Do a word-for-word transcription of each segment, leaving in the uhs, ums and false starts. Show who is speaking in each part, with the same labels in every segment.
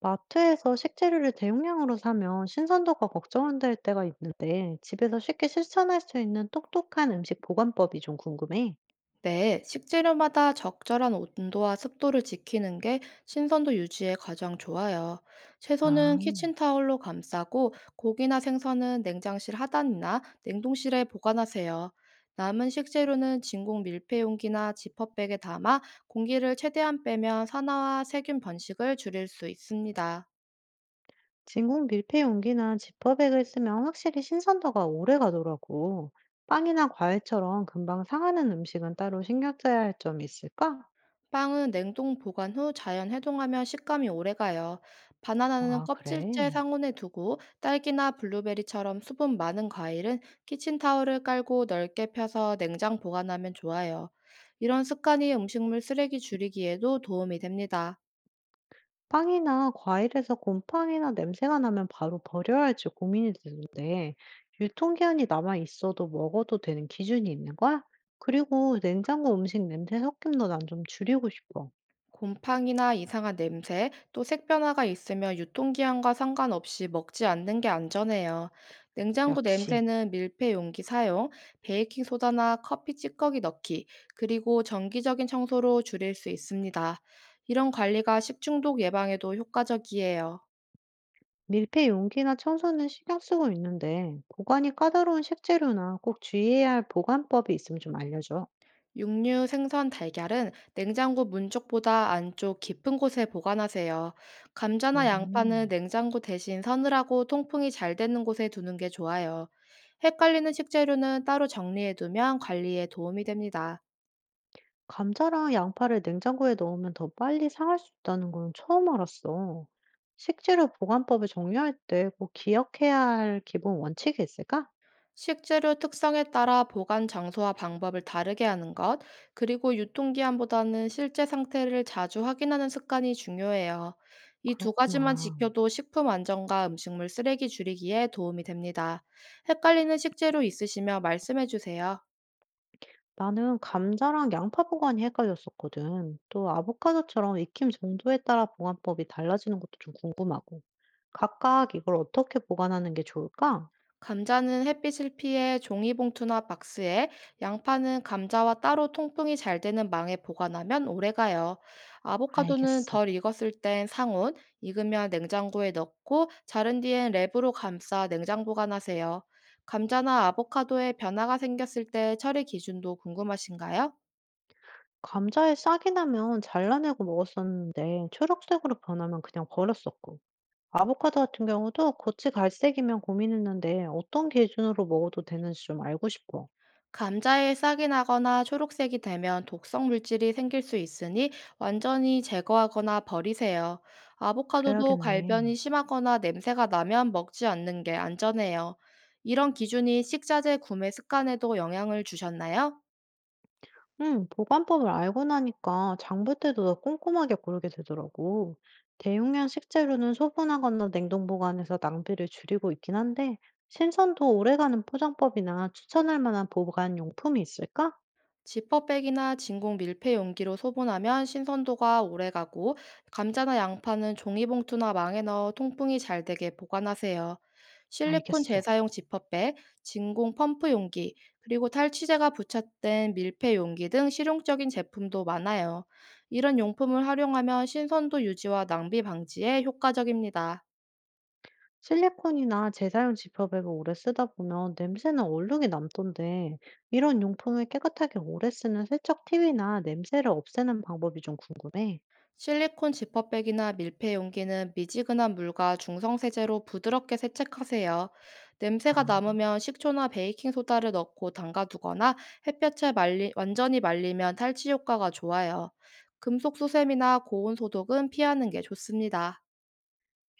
Speaker 1: 마트에서 식재료를 대용량으로 사면 신선도가 걱정될 때가 있는데 집에서 쉽게 실천할 수 있는 똑똑한 음식 보관법이 좀 궁금해.
Speaker 2: 네, 식재료마다 적절한 온도와 습도를 지키는 게 신선도 유지에 가장 좋아요.
Speaker 1: 아,
Speaker 2: 채소는 키친타올로 감싸고 고기나 생선은 냉장실 하단이나 냉동실에 보관하세요. 남은 식재료는 진공 밀폐 용기나 지퍼백에 담아 공기를 최대한 빼면 산화와 세균 번식을 줄일 수 있습니다.
Speaker 1: 진공 밀폐 용기나 지퍼백을 쓰면 확실히 신선도가 오래 가더라고. 빵이나 과일처럼 금방 상하는 음식은 따로 신경 써야 할 점이 있을까?
Speaker 2: 빵은 냉동 보관 후 자연 해동하면 식감이 오래가요. 바나나는
Speaker 1: 아, 그래.
Speaker 2: 껍질째 상온에 두고 딸기나 블루베리처럼 수분 많은 과일은 키친타올을 깔고 넓게 펴서 냉장 보관하면 좋아요. 이런 습관이 음식물 쓰레기 줄이기에도 도움이 됩니다.
Speaker 1: 빵이나 과일에서 곰팡이나 냄새가 나면 바로 버려야 할지 고민이 되는데, 유통기한이 남아 있어도 먹어도 되는 기준이 있는 거야? 그리고 냉장고 음식 냄새 섞임도 난 좀 줄이고 싶어.
Speaker 2: 곰팡이나 이상한 냄새, 또 색변화가 있으면 유통기한과 상관없이 먹지 않는 게 안전해요. 냉장고
Speaker 1: 역시
Speaker 2: 냄새는 밀폐 용기 사용, 베이킹 소다나 커피 찌꺼기 넣기, 그리고 정기적인 청소로 줄일 수 있습니다. 이런 관리가 식중독 예방에도 효과적이에요.
Speaker 1: 밀폐 용기나 청소는 신경 쓰고 있는데, 보관이 까다로운 식재료나 꼭 주의해야 할 보관법이 있으면 좀 알려줘.
Speaker 2: 육류, 생선, 달걀은 냉장고 문 쪽보다 안쪽 깊은 곳에 보관하세요. 감자나 양파는
Speaker 1: 음.
Speaker 2: 냉장고 대신 서늘하고 통풍이 잘 되는 곳에 두는 게 좋아요. 헷갈리는 식재료는 따로 정리해두면 관리에 도움이 됩니다.
Speaker 1: 감자랑 양파를 냉장고에 넣으면 더 빨리 상할 수 있다는 건 처음 알았어. 식재료 보관법을 정리할 때 꼭 기억해야 할 기본 원칙이 있을까?
Speaker 2: 식재료 특성에 따라 보관 장소와 방법을 다르게 하는 것, 그리고 유통기한보다는 실제 상태를 자주 확인하는 습관이 중요해요. 이 두 가지만
Speaker 1: 그렇구나.
Speaker 2: 지켜도 식품 안전과 음식물 쓰레기 줄이기에 도움이 됩니다. 헷갈리는 식재료 있으시면 말씀해 주세요.
Speaker 1: 나는 감자랑 양파 보관이 헷갈렸었거든. 또 아보카도처럼 익힘 정도에 따라 보관법이 달라지는 것도 좀 궁금하고. 각각 이걸 어떻게 보관하는 게 좋을까?
Speaker 2: 감자는 햇빛을 피해 종이봉투나 박스에, 양파는 감자와 따로 통풍이 잘 되는 망에 보관하면 오래가요. 아보카도는
Speaker 1: 알겠어.
Speaker 2: 덜 익었을 땐 상온, 익으면 냉장고에 넣고 자른 뒤엔 랩으로 감싸 냉장 보관하세요. 감자나 아보카도에 변화가 생겼을 때 처리 기준도 궁금하신가요?
Speaker 1: 감자에 싹이 나면 잘라내고 먹었었는데 초록색으로 변하면 그냥 버렸었고. 아보카도 같은 경우도 겉이 갈색이면 고민했는데 어떤 기준으로 먹어도 되는지 좀 알고 싶어.
Speaker 2: 감자에 싹이 나거나 초록색이 되면 독성 물질이 생길 수 있으니 완전히 제거하거나 버리세요. 아보카도도 갈변이
Speaker 1: 그래야겠네.
Speaker 2: 심하거나 냄새가 나면 먹지 않는 게 안전해요. 이런 기준이 식자재 구매 습관에도 영향을 주셨나요?
Speaker 1: 응, 보관법을 알고 나니까 장볼 때도 더 꼼꼼하게 고르게 되더라고. 대용량 식재료는 소분하거나 냉동 보관해서 낭비를 줄이고 있긴 한데, 신선도 오래가는 포장법이나 추천할 만한 보관 용품이 있을까?
Speaker 2: 지퍼백이나 진공 밀폐 용기로 소분하면 신선도가 오래가고 감자나 양파는 종이봉투나 망에 넣어 통풍이 잘 되게 보관하세요. 실리콘
Speaker 1: 알겠어.
Speaker 2: 재사용 지퍼백, 진공 펌프 용기, 그리고 탈취제가 부착된 밀폐 용기 등 실용적인 제품도 많아요. 이런 용품을 활용하면 신선도 유지와 낭비 방지에 효과적입니다.
Speaker 1: 실리콘이나 재사용 지퍼백을 오래 쓰다 보면 냄새나 얼룩이 남던데, 이런 용품을 깨끗하게 오래 쓰는 세척 팁이나 냄새를 없애는 방법이 좀 궁금해.
Speaker 2: 실리콘 지퍼백이나 밀폐 용기는 미지근한 물과 중성세제로 부드럽게 세척하세요.
Speaker 1: 아,
Speaker 2: 냄새가 남으면 식초나 베이킹소다를 넣고 담가두거나 햇볕에 말리, 완전히 말리면 탈취 효과가 좋아요. 금속 수세미나 고온 소독은 피하는 게 좋습니다.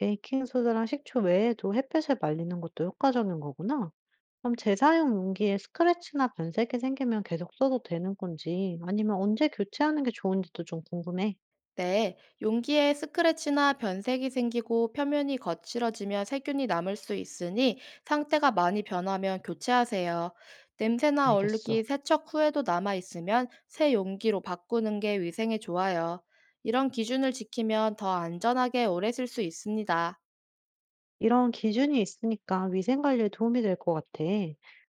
Speaker 1: 베이킹소다랑 식초 외에도 햇볕에 말리는 것도 효과적인 거구나. 그럼 재사용 용기에 스크래치나 변색이 생기면 계속 써도 되는 건지, 아니면 언제 교체하는 게 좋은지도 좀 궁금해.
Speaker 2: 네, 용기에 스크래치나 변색이 생기고 표면이 거칠어지면 세균이 남을 수 있으니 상태가 많이 변하면 교체하세요. 냄새나
Speaker 1: 알겠어.
Speaker 2: 얼룩이 세척 후에도 남아 있으면 새 용기로 바꾸는 게 위생에 좋아요. 이런 기준을 지키면 더 안전하게 오래 쓸 수 있습니다.
Speaker 1: 이런 기준이 있으니까 위생관리에 도움이 될 것 같아.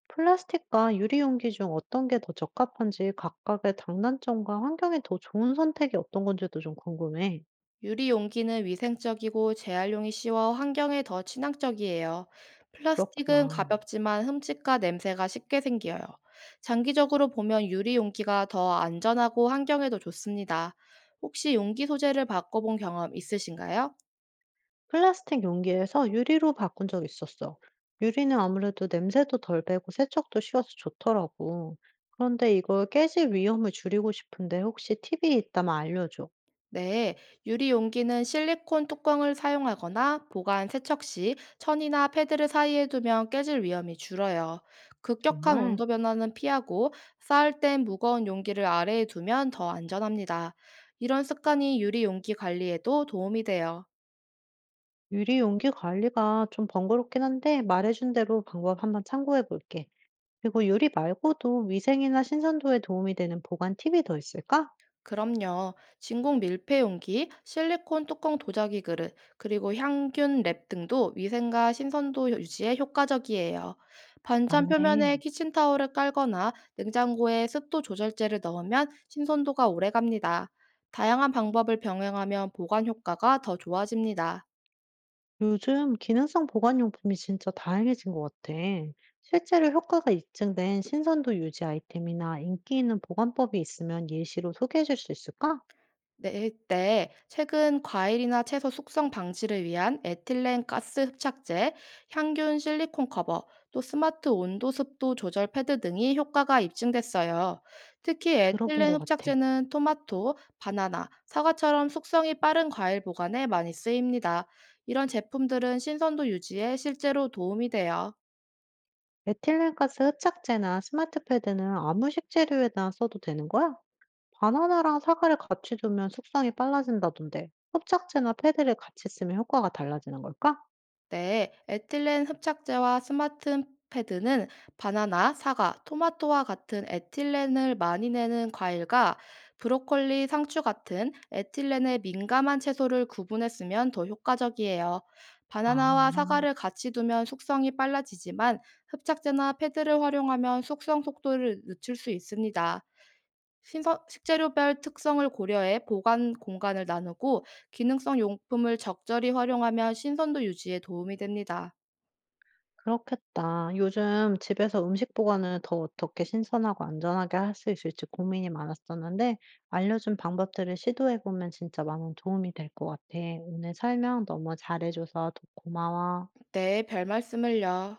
Speaker 1: 플라스틱과 유리용기 중 어떤 게 더 적합한지 각각의 장단점과 환경에 더 좋은 선택이 어떤 건지도 좀 궁금해.
Speaker 2: 유리 용기는 위생적이고 재활용이 쉬워 환경에 더 친환적이에요. 플라스틱은
Speaker 1: 그렇구나.
Speaker 2: 가볍지만 흠집과 냄새가 쉽게 생겨요. 장기적으로 보면 유리 용기가 더 안전하고 환경에도 좋습니다. 혹시 용기 소재를 바꿔본 경험 있으신가요?
Speaker 1: 플라스틱 용기에서 유리로 바꾼 적 있었어. 유리는 아무래도 냄새도 덜 배고 세척도 쉬워서 좋더라고. 그런데 이걸 깨질 위험을 줄이고 싶은데 혹시 팁이 있다면 알려줘.
Speaker 2: 네, 유리 용기는 실리콘 뚜껑을 사용하거나 보관 세척 시 천이나 패드를 사이에 두면 깨질 위험이 줄어요. 급격한
Speaker 1: 정말?
Speaker 2: 온도 변화는 피하고 쌓을 땐 무거운 용기를 아래에 두면 더 안전합니다. 이런 습관이 유리 용기 관리에도 도움이 돼요.
Speaker 1: 유리 용기 관리가 좀 번거롭긴 한데 말해준 대로 방법 한번 참고해 볼게. 그리고 요리 말고도 위생이나 신선도에 도움이 되는 보관 팁이 더 있을까?
Speaker 2: 그럼요. 진공 밀폐 용기, 실리콘 뚜껑 도자기 그릇, 그리고 향균 랩 등도 위생과 신선도 유지에 효과적이에요. 반찬
Speaker 1: 맞네.
Speaker 2: 표면에 키친타올을 깔거나 냉장고에 습도 조절제를 넣으면 신선도가 오래 갑니다. 다양한 방법을 병행하면 보관 효과가 더 좋아집니다.
Speaker 1: 요즘 기능성 보관용품이 진짜 다양해진 것 같아. 실제로 효과가 입증된 신선도 유지 아이템이나 인기 있는 보관법이 있으면 예시로 소개해 줄 수 있을까?
Speaker 2: 네, 네. 최근 과일이나 채소 숙성 방지를 위한 에틸렌 가스 흡착제, 향균 실리콘 커버, 또 스마트 온도 습도 조절 패드 등이 효과가 입증됐어요. 특히
Speaker 1: 들어본
Speaker 2: 에틸렌
Speaker 1: 것 같아.
Speaker 2: 흡착제는 토마토, 바나나, 사과처럼 숙성이 빠른 과일 보관에 많이 쓰입니다. 이런 제품들은 신선도 유지에 실제로 도움이 돼요.
Speaker 1: 에틸렌가스 흡착제나 스마트 패드는 아무 식재료에나 써도 되는 거야? 바나나랑 사과를 같이 두면 숙성이 빨라진다던데, 흡착제나 패드를 같이 쓰면 효과가 달라지는 걸까?
Speaker 2: 네, 에틸렌 흡착제와 스마트 패드는 바나나, 사과, 토마토와 같은 에틸렌을 많이 내는 과일과 브로콜리, 상추 같은 에틸렌에 민감한 채소를 구분했으면 더 효과적이에요.
Speaker 1: 아.
Speaker 2: 바나나와 사과를 같이 두면 숙성이 빨라지지만 흡착제나 패드를 활용하면 숙성 속도를 늦출 수 있습니다. 신선 식재료별 특성을 고려해 보관 공간을 나누고 기능성 용품을 적절히 활용하면 신선도 유지에 도움이 됩니다.
Speaker 1: 그렇겠다. 요즘 집에서 음식 보관을 더 어떻게 신선하고 안전하게 할 수 있을지 고민이 많았었는데, 알려준 방법들을 시도해보면 진짜 많은 도움이 될 것 같아. 오늘 설명 너무 잘해줘서 고마워.
Speaker 2: 네, 별 말씀을요.